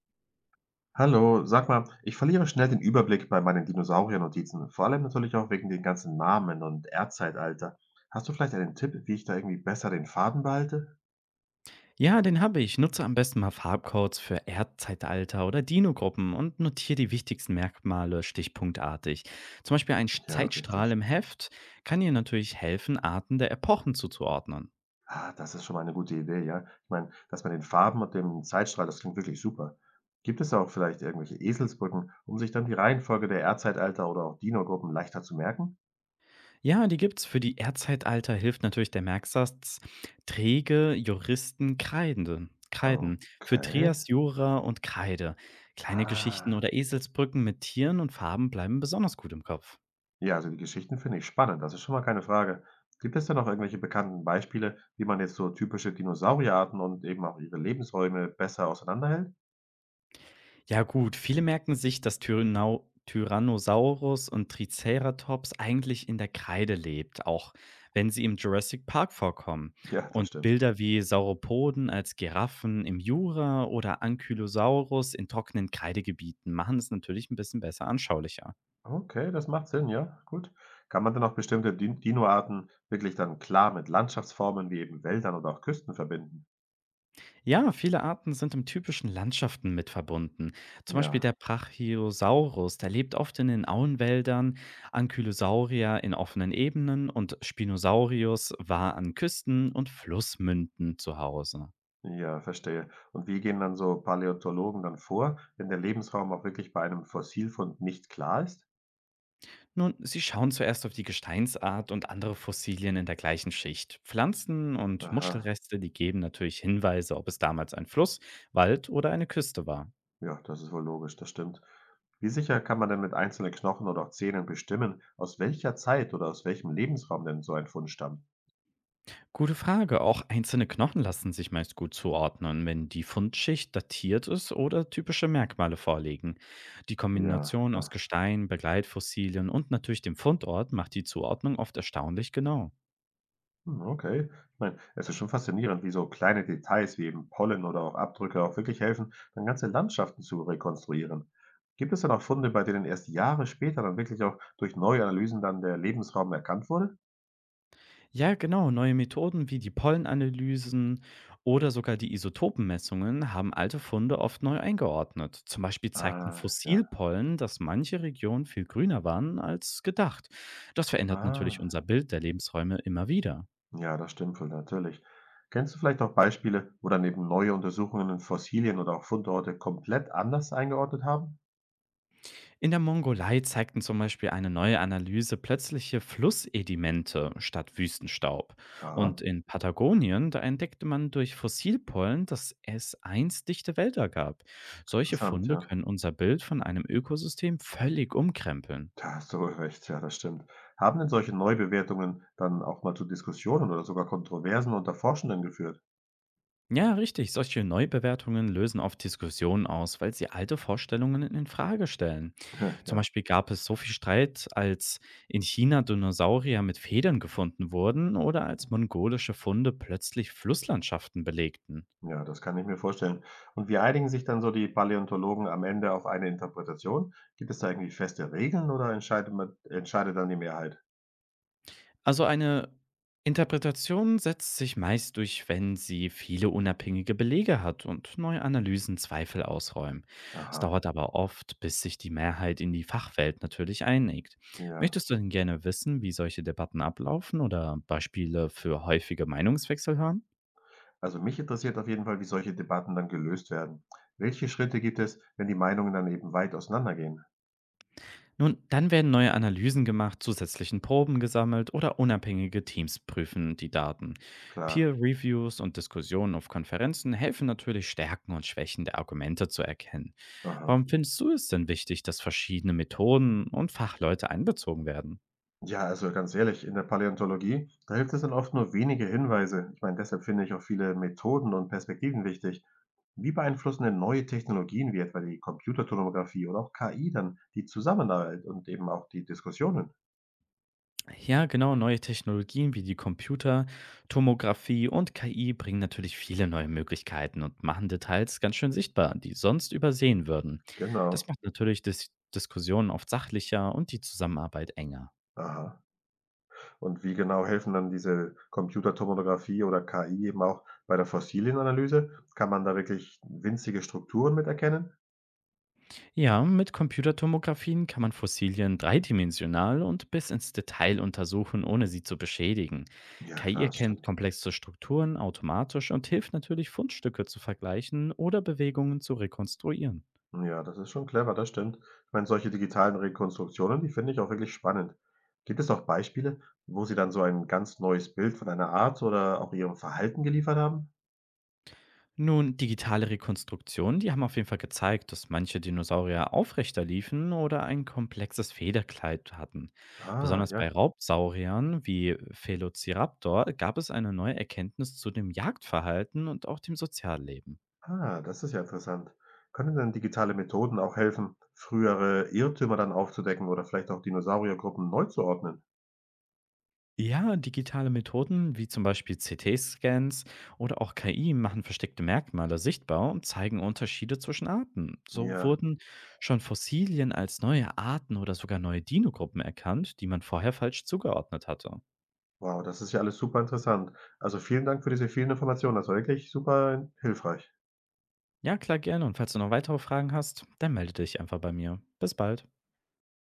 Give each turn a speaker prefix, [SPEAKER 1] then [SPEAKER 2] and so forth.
[SPEAKER 1] Hallo, sag mal, ich verliere schnell den Überblick bei meinen Dinosaurier-Notizen, vor allem natürlich auch wegen den ganzen Namen und Erdzeitalter. Hast du vielleicht einen Tipp, wie ich da irgendwie besser den Faden behalte?
[SPEAKER 2] Ja, den habe ich. Nutze am besten mal Farbcodes für Erdzeitalter oder Dino-Gruppen und notiere die wichtigsten Merkmale stichpunktartig. Zum Beispiel ein
[SPEAKER 1] Ja,
[SPEAKER 2] Zeitstrahl
[SPEAKER 1] richtig.
[SPEAKER 2] im Heft kann dir natürlich helfen, Arten der Epochen zuzuordnen.
[SPEAKER 1] Ah, das ist schon mal eine gute Idee, ja. Ich meine, das mit den Farben und dem Zeitstrahl, das klingt wirklich super. Gibt es auch vielleicht irgendwelche Eselsbrücken, um sich dann die Reihenfolge der Erdzeitalter oder auch Dino-Gruppen leichter zu merken?
[SPEAKER 2] Ja, die gibt's. Für die Erdzeitalter hilft natürlich der Merksatz Träge, Juristen, Kreiden. Für
[SPEAKER 1] Okay.
[SPEAKER 2] Trias, Jura und Kreide. Kleine
[SPEAKER 1] Ah.
[SPEAKER 2] Geschichten oder Eselsbrücken mit Tieren und Farben bleiben besonders gut im Kopf.
[SPEAKER 1] Ja, also die Geschichten finde ich spannend, das ist schon mal keine Frage. Gibt es denn noch irgendwelche bekannten Beispiele, wie man jetzt so typische Dinosaurierarten und eben auch ihre Lebensräume besser auseinanderhält?
[SPEAKER 2] Ja gut, viele merken sich, dass Tyrannau Tyrannosaurus und Triceratops eigentlich in der Kreide lebt, auch wenn sie im Jurassic Park vorkommen.
[SPEAKER 1] Ja, das
[SPEAKER 2] Und
[SPEAKER 1] stimmt.
[SPEAKER 2] Bilder wie Sauropoden als Giraffen im Jura oder Ankylosaurus in trockenen Kreidegebieten machen es natürlich ein bisschen besser anschaulicher.
[SPEAKER 1] Okay, das macht Sinn, ja, gut. Kann man denn auch bestimmte Dinoarten wirklich dann klar mit Landschaftsformen wie eben Wäldern oder auch Küsten verbinden?
[SPEAKER 2] Ja, viele Arten sind in typischen Landschaften mit verbunden. Zum Beispiel der
[SPEAKER 1] Ja,
[SPEAKER 2] Brachiosaurus, der lebt oft in den Auenwäldern, Ankylosaurier in offenen Ebenen und Spinosaurus war an Küsten und Flussmünden zu Hause.
[SPEAKER 1] ja, verstehe. Und wie gehen dann so Paläontologen dann vor, wenn der Lebensraum auch wirklich bei einem Fossilfund nicht klar ist?
[SPEAKER 2] Nun, sie schauen zuerst auf die Gesteinsart und andere Fossilien in der gleichen Schicht. Pflanzen und
[SPEAKER 1] Aha,
[SPEAKER 2] Muschelreste, die geben natürlich Hinweise, ob es damals ein Fluss, Wald oder eine Küste war.
[SPEAKER 1] ja, das ist wohl logisch, das stimmt. Wie sicher kann man denn mit einzelnen Knochen oder auch Zähnen bestimmen, aus welcher Zeit oder aus welchem Lebensraum denn so ein Fund stammt?
[SPEAKER 2] Gute Frage. Auch einzelne Knochen lassen sich meist gut zuordnen, wenn die Fundschicht datiert ist oder typische Merkmale vorliegen. Die
[SPEAKER 1] Ja,
[SPEAKER 2] Kombination aus
[SPEAKER 1] klar.
[SPEAKER 2] Gestein, Begleitfossilien und natürlich dem Fundort macht die Zuordnung oft erstaunlich genau.
[SPEAKER 1] Hm, okay. Ich meine, es ist schon faszinierend, wie so kleine Details wie eben Pollen oder auch Abdrücke auch wirklich helfen, dann ganze Landschaften zu rekonstruieren. Gibt es dann auch Funde, bei denen erst Jahre später dann wirklich auch durch neue Analysen dann der Lebensraum erkannt wurde?
[SPEAKER 2] Ja, genau. Neue Methoden wie die Pollenanalysen oder sogar die Isotopenmessungen haben alte Funde oft neu eingeordnet. Zum Beispiel zeigten
[SPEAKER 1] Ah, ja.
[SPEAKER 2] Fossilpollen, dass manche Regionen viel grüner waren als gedacht. Das verändert natürlich
[SPEAKER 1] Ah.
[SPEAKER 2] unser Bild der Lebensräume immer wieder.
[SPEAKER 1] Ja, das stimmt wohl, natürlich. Kennst du vielleicht auch Beispiele, wo dann eben neue Untersuchungen Fossilien oder auch Fundorte komplett anders eingeordnet haben?
[SPEAKER 2] In der Mongolei zeigten zum Beispiel eine neue Analyse plötzliche Flussedimente statt Wüstenstaub. Und
[SPEAKER 1] Aha,
[SPEAKER 2] in Patagonien, da entdeckte man durch Fossilpollen, dass es einst dichte Wälder gab. Solche
[SPEAKER 1] interessant,
[SPEAKER 2] Funde
[SPEAKER 1] ja.
[SPEAKER 2] können unser Bild von einem Ökosystem völlig umkrempeln.
[SPEAKER 1] Da hast du wohl recht, ja, das stimmt. Haben denn solche Neubewertungen dann auch mal zu Diskussionen oder sogar Kontroversen unter Forschenden geführt?
[SPEAKER 2] Ja, richtig. Solche Neubewertungen lösen oft Diskussionen aus, weil sie alte Vorstellungen in Frage stellen.
[SPEAKER 1] Hä,
[SPEAKER 2] Zum
[SPEAKER 1] ja,
[SPEAKER 2] Beispiel gab es so viel Streit, als in China Dinosaurier mit Federn gefunden wurden oder als mongolische Funde plötzlich Flusslandschaften belegten.
[SPEAKER 1] ja, das kann ich mir vorstellen. Und wie einigen sich dann so die Paläontologen am Ende auf eine Interpretation? Gibt es da irgendwie feste Regeln oder entscheidet dann die Mehrheit?
[SPEAKER 2] Also eine Interpretation setzt sich meist durch, wenn sie viele unabhängige Belege hat und neue Analysen Zweifel ausräumen. Es
[SPEAKER 1] Aha,
[SPEAKER 2] dauert aber oft, bis sich die Mehrheit in die Fachwelt natürlich einigt.
[SPEAKER 1] ja.
[SPEAKER 2] Möchtest du denn gerne wissen, wie solche Debatten ablaufen oder Beispiele für häufige Meinungswechsel hören?
[SPEAKER 1] Also mich interessiert auf jeden Fall, wie solche Debatten dann gelöst werden. Welche Schritte gibt es, wenn die Meinungen dann eben weit auseinandergehen?
[SPEAKER 2] Nun, dann werden neue Analysen gemacht, zusätzlichen Proben gesammelt oder unabhängige Teams prüfen die Daten.
[SPEAKER 1] Klar.
[SPEAKER 2] Peer-Reviews und Diskussionen auf Konferenzen helfen natürlich, Stärken und Schwächen der Argumente zu erkennen.
[SPEAKER 1] Aha.
[SPEAKER 2] Warum findest du es denn wichtig, dass verschiedene Methoden und Fachleute einbezogen werden?
[SPEAKER 1] Ja, also ganz ehrlich, in der Paläontologie, da hilft es dann oft nur wenige Hinweise. Ich meine, deshalb finde ich auch viele Methoden und Perspektiven wichtig. Wie beeinflussen denn neue Technologien wie etwa die Computertomographie oder auch KI dann die Zusammenarbeit und eben auch die Diskussionen?
[SPEAKER 2] Ja, genau, neue Technologien wie die Tomographie und KI bringen natürlich viele neue Möglichkeiten und machen Details ganz schön sichtbar, die sonst übersehen würden. Das
[SPEAKER 1] Genau.
[SPEAKER 2] macht natürlich Diskussionen oft sachlicher und die Zusammenarbeit enger.
[SPEAKER 1] Aha. Und wie genau helfen dann diese Computertomographie oder KI eben auch bei der Fossilienanalyse? Kann man da wirklich winzige Strukturen mit erkennen?
[SPEAKER 2] Ja, mit Computertomographien kann man Fossilien dreidimensional und bis ins Detail untersuchen, ohne sie zu beschädigen.
[SPEAKER 1] Ja,
[SPEAKER 2] KI
[SPEAKER 1] klar, das
[SPEAKER 2] erkennt
[SPEAKER 1] stimmt.
[SPEAKER 2] komplexe Strukturen automatisch und hilft natürlich, Fundstücke zu vergleichen oder Bewegungen zu rekonstruieren.
[SPEAKER 1] Ja, das ist schon clever, das stimmt. Ich meine, solche digitalen Rekonstruktionen, die finde ich auch wirklich spannend. Gibt es auch Beispiele, wo Sie dann so ein ganz neues Bild von einer Art oder auch Ihrem Verhalten geliefert haben?
[SPEAKER 2] Nun, digitale Rekonstruktionen, die haben auf jeden Fall gezeigt, dass manche Dinosaurier aufrechter liefen oder ein komplexes Federkleid hatten.
[SPEAKER 1] Ah,
[SPEAKER 2] Besonders bei
[SPEAKER 1] ja.
[SPEAKER 2] Raubsauriern wie Velociraptor gab es eine neue Erkenntnis zu dem Jagdverhalten und auch dem Sozialleben.
[SPEAKER 1] Ah, das ist ja interessant. Können denn digitale Methoden auch helfen, frühere Irrtümer dann aufzudecken oder vielleicht auch Dinosauriergruppen neu zu ordnen?
[SPEAKER 2] Ja, digitale Methoden wie zum Beispiel CT-Scans oder auch KI machen versteckte Merkmale sichtbar und zeigen Unterschiede zwischen Arten. So
[SPEAKER 1] Ja,
[SPEAKER 2] wurden schon Fossilien als neue Arten oder sogar neue Dinogruppen erkannt, die man vorher falsch zugeordnet hatte.
[SPEAKER 1] wow, das ist ja alles super interessant. Also, vielen Dank für diese vielen Informationen. Das war wirklich super hilfreich.
[SPEAKER 2] Ja, klar gerne. Und falls du noch weitere Fragen hast, dann melde dich einfach bei mir. Bis bald.